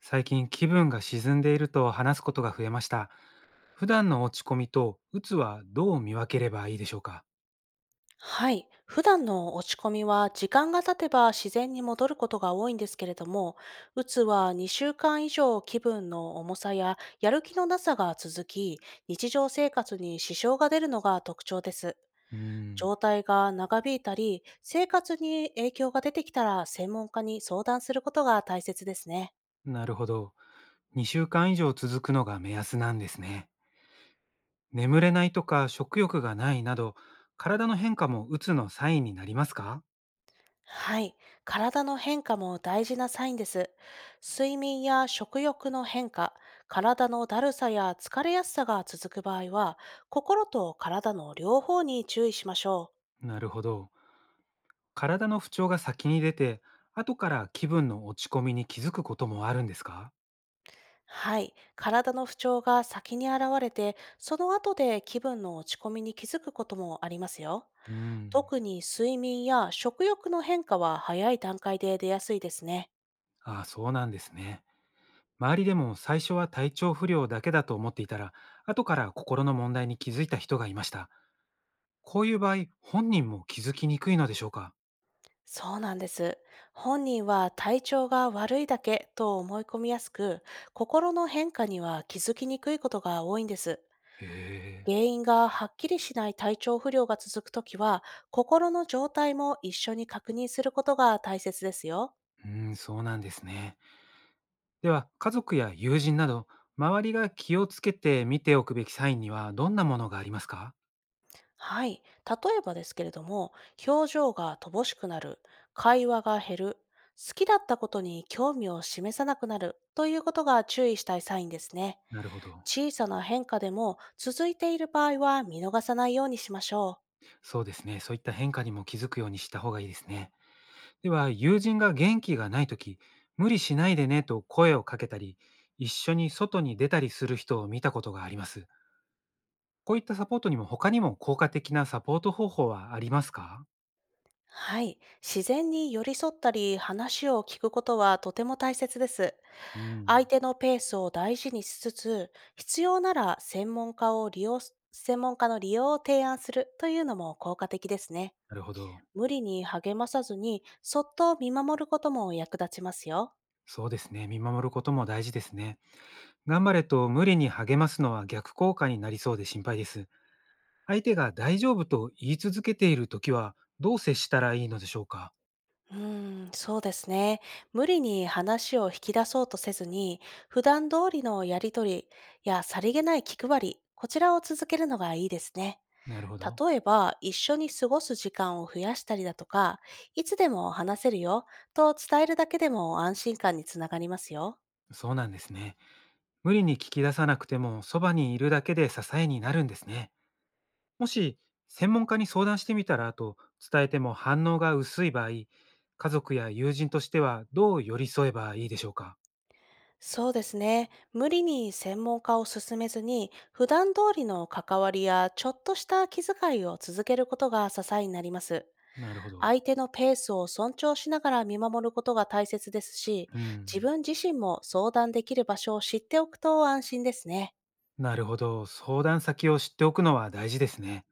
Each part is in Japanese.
最近気分が沈んでいると話すことが増えました。普段の落ち込みと鬱はどう見分ければいいでしょうか？はい。普段の落ち込みは時間が経てば自然に戻ることが多いんですけれども、うつは2週間以上気分の重さややる気のなさが続き、日常生活に支障が出るのが特徴です。うーん、状態が長引いたり、生活に影響が出てきたら専門家に相談することが大切ですね。なるほど。2週間以上続くのが目安なんですね。眠れないとか食欲がないなど、体の変化も鬱のサインになりますか？はい。体の変化も大事なサインです。睡眠や食欲の変化、体のだるさや疲れやすさが続く場合は、心と体の両方に注意しましょう。なるほど。体の不調が先に出て、後から気分の落ち込みに気づくこともあるんですか？はい。体の不調が先に現れて、その後で気分の落ち込みに気づくこともありますよ。うーん、特に睡眠や食欲の変化は早い段階で出やすいですね。ああ、そうなんですね。周りでも最初は体調不良だけだと思っていたら、後から心の問題に気づいた人がいました。こういう場合、本人も気づきにくいのでしょうか？そうなんです。本人は体調が悪いだけと思い込みやすく、心の変化には気づきにくいことが多いんです。へ原因がはっきりしない体調不良が続くときは、心の状態も一緒に確認することが大切ですよ。え、うん、そうなんですね。では、家族や友人など、周りが気をつけて見ておくべきサインにはどんなものがありますか？はい。例えばですけれども、表情が乏しくなる、会話が減る、好きだったことに興味を示さなくなるということが注意したいサインですね。なるほど。小さな変化でも続いている場合は見逃さないようにしましょう。そうですね。そういった変化にも気づくようにした方がいいですね。では、友人が元気がないとき、無理しないでねと声をかけたり、一緒に外に出たりする人を見たことがあります。こういったサポートにも他にも効果的なサポート方法はありますか？はい。自然に寄り添ったり話を聞くことはとても大切です。うん。相手のペースを大事にしつつ、必要なら専門家の利用を提案するというのも効果的ですね。なるほど。無理に励まさずに、そっと見守ることも役立ちますよ。そうですね、見守ることも大事ですね。頑張れと無理に励ますのは逆効果になりそうで心配です。相手が大丈夫と言い続けているときはどう接したらいいのでしょうか？うーそうですね。無理に話を引き出そうとせずに、普段通りのやりとりやさりげない気配り、こちらを続けるのがいいですね。なるほど。例えば、一緒に過ごす時間を増やしたりだとか、いつでも話せるよと伝えるだけでも安心感につながりますよ。そうなんですね。無理に聞き出さなくても、そばにいるだけで支えになるんですね。もし、専門家に相談してみたらと伝えても反応が薄い場合、家族や友人としてはどう寄り添えばいいでしょうか？そうですね。無理に専門家を進めずに、普段通りの関わりやちょっとした気遣いを続けることが支えになります。なるほど。相手のペースを尊重しながら見守ることが大切ですし、う自ん。分自身も相談できる場所を知っておくと安心ですね。なるほど。相談先を知っておくのは大事ですね。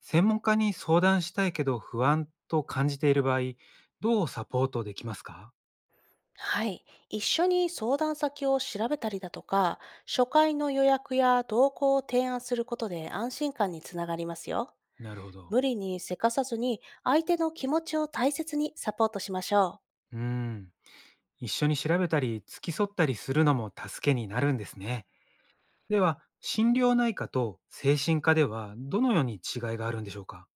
専門家に相談したいけど不安と感じている場合、どうサポートできますか？はい。一緒に相談先を調べたりだとか、初回の予約や同行を提案することで安心感につながりますよ。なるほど。無理にせかさずに相手の気持ちを大切にサポートしましょう。うん。一緒に調べたり、付き添ったりするのも助けになるんですね。では、心療内科と精神科ではどのように違いがあるんでしょうか？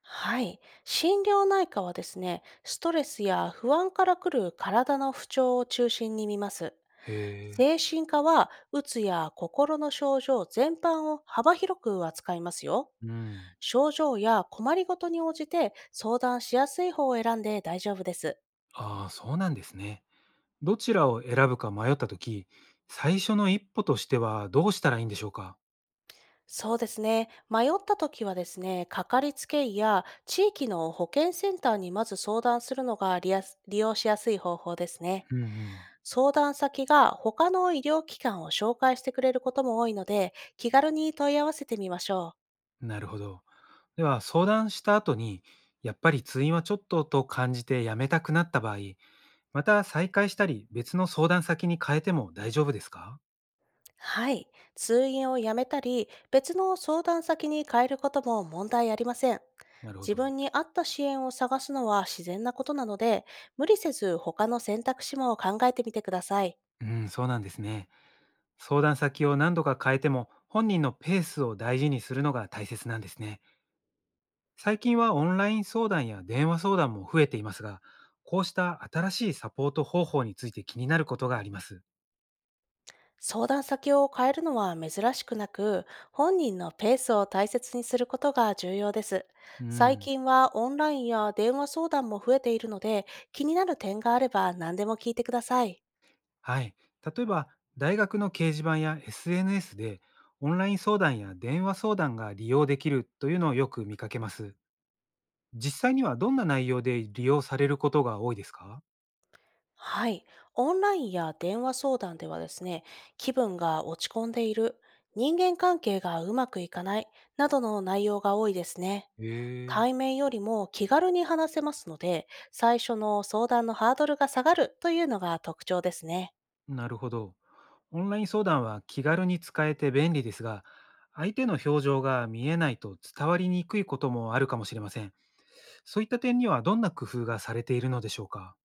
はい。心療内科はですね、ストレスや不安から来る体の不調を中心に見ます。へえ。精神科は、うつや心の症状全般を幅広く扱いますよ。うん。症状や困りごとに応じて相談しやすい方を選んで大丈夫です。ああ、そうなんですね。どちらを選ぶか迷ったとき最初の一歩としてはどうしたらいいんでしょうか？そうですね。迷った時はですね、かかりつけ医や地域の保健センターにまず相談するのが利用しやすい方法ですね。うんうん。相談先が他の医療機関を紹介してくれることも多いので、気軽に問い合わせてみましょう。なるほど。では、相談した後に、やっぱり通院はちょっとと感じてやめたくなった場合、また再開したり、別の相談先に変えても大丈夫ですか？はい。通院をやめたり、別の相談先に変えることも問題ありません。なるほ自分ど。に合った支援を探すのは自然なことなので、無理せず他の選択肢も考えてみてください。うん、そうなんですね。相談先を何度か変えても、本人のペースを大事にするのが大切なんですね。最近はオンライン相談や電話相談も増えていますが、こうした新しいサポート方法について気になることがあります。相談先を変えるのは珍しくなく、本人のペースを大切にすることが重要です。う最ん、近はオンラインや電話相談も増えているので、気になる点があれば何でも聞いてください。はい。例えば、大学の掲示板や SNS で、オンライン相談や電話相談が利用できるというのをよく見かけます。実際にはどんな内容で利用されることが多いですか？はい。オンラインや電話相談ではですね、気分が落ち込んでいる、人間関係がうまくいかない、などの内容が多いですね。え対え、面よりも気軽に話せますので、最初の相談のハードルが下がるというのが特徴ですね。なるほど。オンライン相談は気軽に使えて便利ですが、相手の表情が見えないと伝わりにくいこともあるかもしれません。そういった点にはどんな工夫がされているのでしょうか？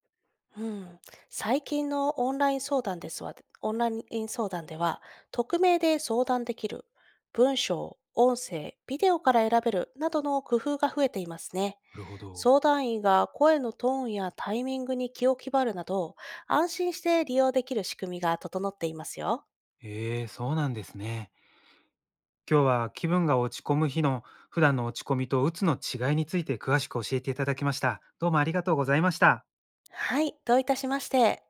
うん、最近のオンライン相談ですわ、オンライン相談では、匿名で相談できる、文章、音声、ビデオから選べるなどの工夫が増えていますね。なるほど。相談員が声のトーンやタイミングに気を配るなど、安心して利用できる仕組みが整っていますよ。ええ、そうなんですね。今日は気分が落ち込む日の普段の落ち込みと鬱の違いについて詳しく教えていただきました。どうもありがとうございました。はい、どういたしまして。